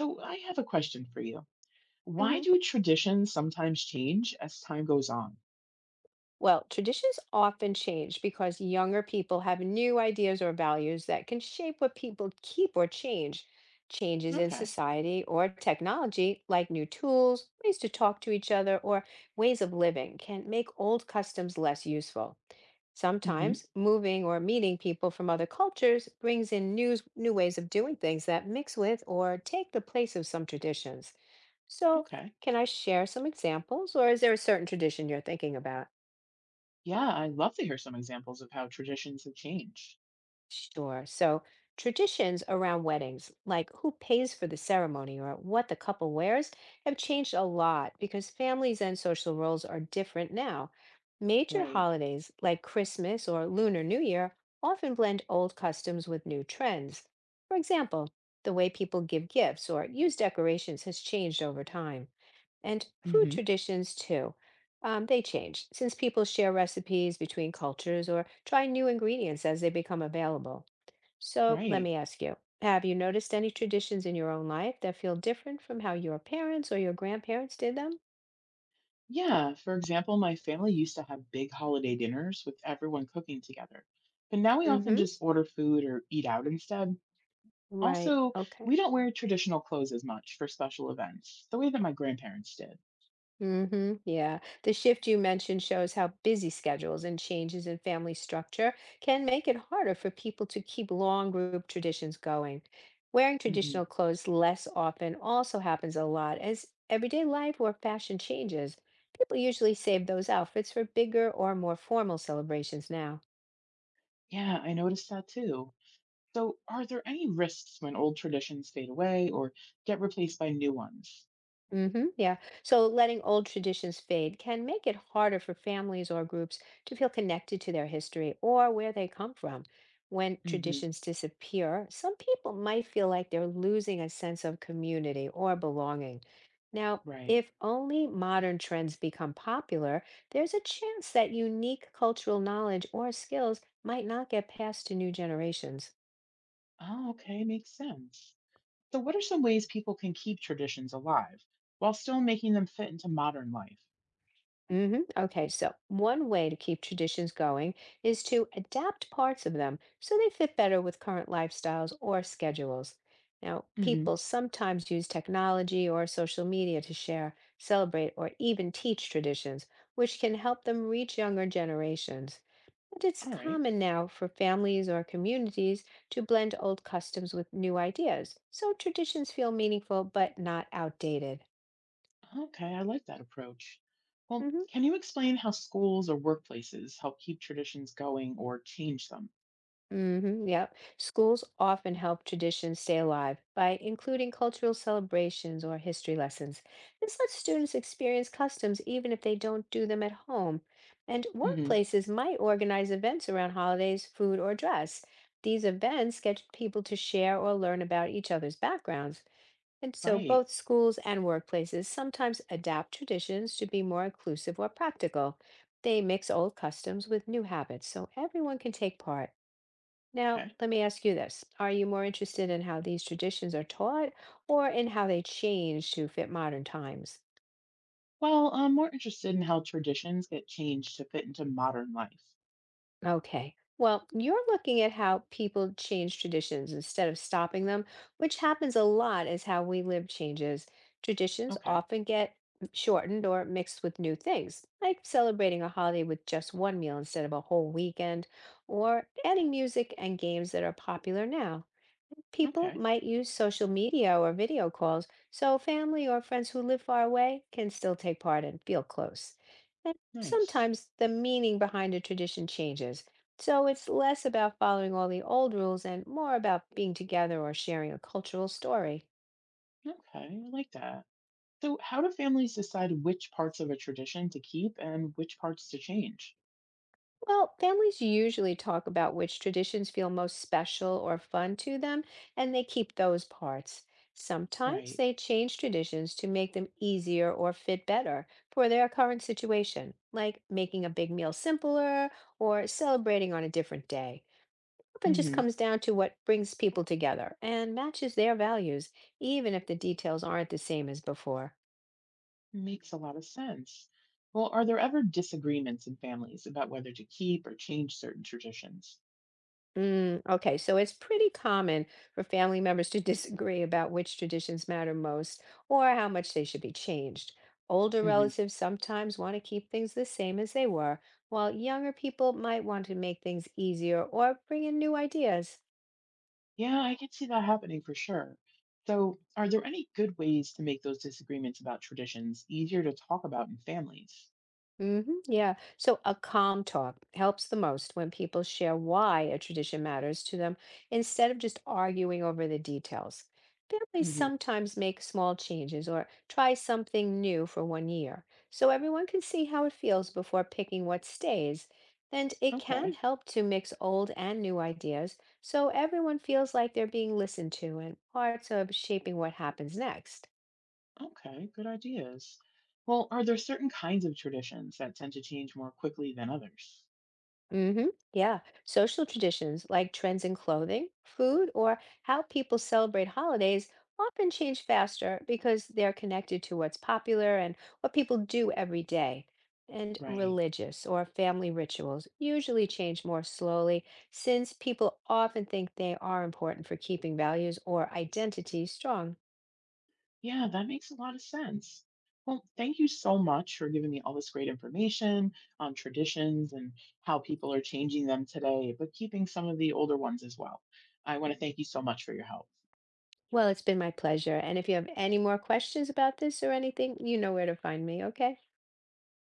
So I have a question for you. Why hmm do traditions sometimes change as time goes on? Well, traditions often change because younger people have new ideas or values that can shape what people keep or change. Changes in Okay. society or technology, like new tools, ways to talk to each other, or ways of living, can make old customs less useful. Hmm. Sometimes moving or meeting people from other cultures brings in new ways of doing things that mix with or take the place of some traditions. So, Okay. can I share some examples, or is there a certain tradition you're thinking about? Yeah, I'd love to hear some examples of how traditions have changed. Sure. So traditions around weddings, like who pays for the ceremony or what the couple wears, have changed a lot because families and social roles are different now. Major Right. holidays like Christmas or Lunar New Year often blend old customs with new trends. For example, the way people give gifts or use decorations has changed over time. And food Hmm. traditions, too. They change since people share recipes between cultures or try new ingredients as they become available. So let Right. me ask you, have you noticed any traditions in your own life that feel different from how your parents or your grandparents did them? Yeah. For example, my family used to have big holiday dinners with everyone cooking together. But now we often Mm-hmm. just order food or eat out instead. Right. Also, Okay. we don't wear traditional clothes as much for special events, the way that my grandparents did. Mm-hmm. Yeah. The shift you mentioned shows how busy schedules and changes in family structure can make it harder for people to keep long group traditions going. Wearing Hmm. traditional clothes less often also happens a lot as everyday life or fashion changes. People usually save those outfits for bigger or more formal celebrations now. Yeah, I noticed that too. So, are there any risks when old traditions fade away or get replaced by new ones? Mm-hmm, yeah. So letting old traditions fade can make it harder for families or groups to feel connected to their history or where they come from. When Hmm. traditions disappear, some people might feel like they're losing a sense of community or belonging. Now, Right. if only modern trends become popular, there's a chance that unique cultural knowledge or skills might not get passed to new generations. Oh, okay. Makes sense. So, what are some ways people can keep traditions alive while still making them fit into modern life? Okay, so one way to keep traditions going is to adapt parts of them so they fit better with current lifestyles or schedules. Now, Hmm. people sometimes use technology or social media to share, celebrate, or even teach traditions, which can help them reach younger generations. And it's All right. common now for families or communities to blend old customs with new ideas, so traditions feel meaningful but not outdated. Okay. I like that approach. Well, Mhm. can you explain how schools or workplaces help keep traditions going or change them? Mm-hmm, yep. Schools often help traditions stay alive by including cultural celebrations or history lessons. This lets students experience customs even if they don't do them at home. And Hmm. workplaces might organize events around holidays, food, or dress. These events get people to share or learn about each other's backgrounds. And so Right. both schools and workplaces sometimes adapt traditions to be more inclusive or practical. They mix old customs with new habits so everyone can take part. Now, Okay. let me ask you this. Are you more interested in how these traditions are taught or in how they change to fit modern times? Well, I'm more interested in how traditions get changed to fit into modern life. Okay. Well, you're looking at how people change traditions instead of stopping them, which happens a lot as how we live changes. Traditions Okay. often get shortened or mixed with new things, like celebrating a holiday with just one meal instead of a whole weekend, or adding music and games that are popular now. People Okay. might use social media or video calls, so family or friends who live far away can still take part and feel close. Nice. Sometimes the meaning behind a tradition changes, so it's less about following all the old rules and more about being together or sharing a cultural story. Okay, I like that. So, how do families decide which parts of a tradition to keep and which parts to change? Well, families usually talk about which traditions feel most special or fun to them, and they keep those parts. Sometimes Right. they change traditions to make them easier or fit better for their current situation, like making a big meal simpler or celebrating on a different day. Often just Hmm. comes down to what brings people together and matches their values, even if the details aren't the same as before. Makes a lot of sense. Well, are there ever disagreements in families about whether to keep or change certain traditions? Mm, okay, so it's pretty common for family members to disagree about which traditions matter most or how much they should be changed. Older Hmm. relatives sometimes want to keep things the same as they were, while younger people might want to make things easier or bring in new ideas. Yeah, I can see that happening for sure. So, are there any good ways to make those disagreements about traditions easier to talk about in families? hmm yeah. So a calm talk helps the most when people share why a tradition matters to them instead of just arguing over the details. Families Hmm. sometimes make small changes or try something new for one year, so everyone can see how it feels before picking what stays. And it can Okay. help to mix old and new ideas so everyone feels like they're being listened to and parts of shaping what happens next. Okay, good ideas. Well, are there certain kinds of traditions that tend to change more quickly than others? hmm Yeah. Social traditions like trends in clothing, food, or how people celebrate holidays often change faster because they're connected to what's popular and what people do every day. And Right. religious or family rituals usually change more slowly since people often think they are important for keeping values or identity strong. Yeah, that makes a lot of sense. Well, thank you so much for giving me all this great information on traditions and how people are changing them today, but keeping some of the older ones as well. I want to thank you so much for your help. Well, it's been my pleasure. And if you have any more questions about this or anything, you know where to find me, okay?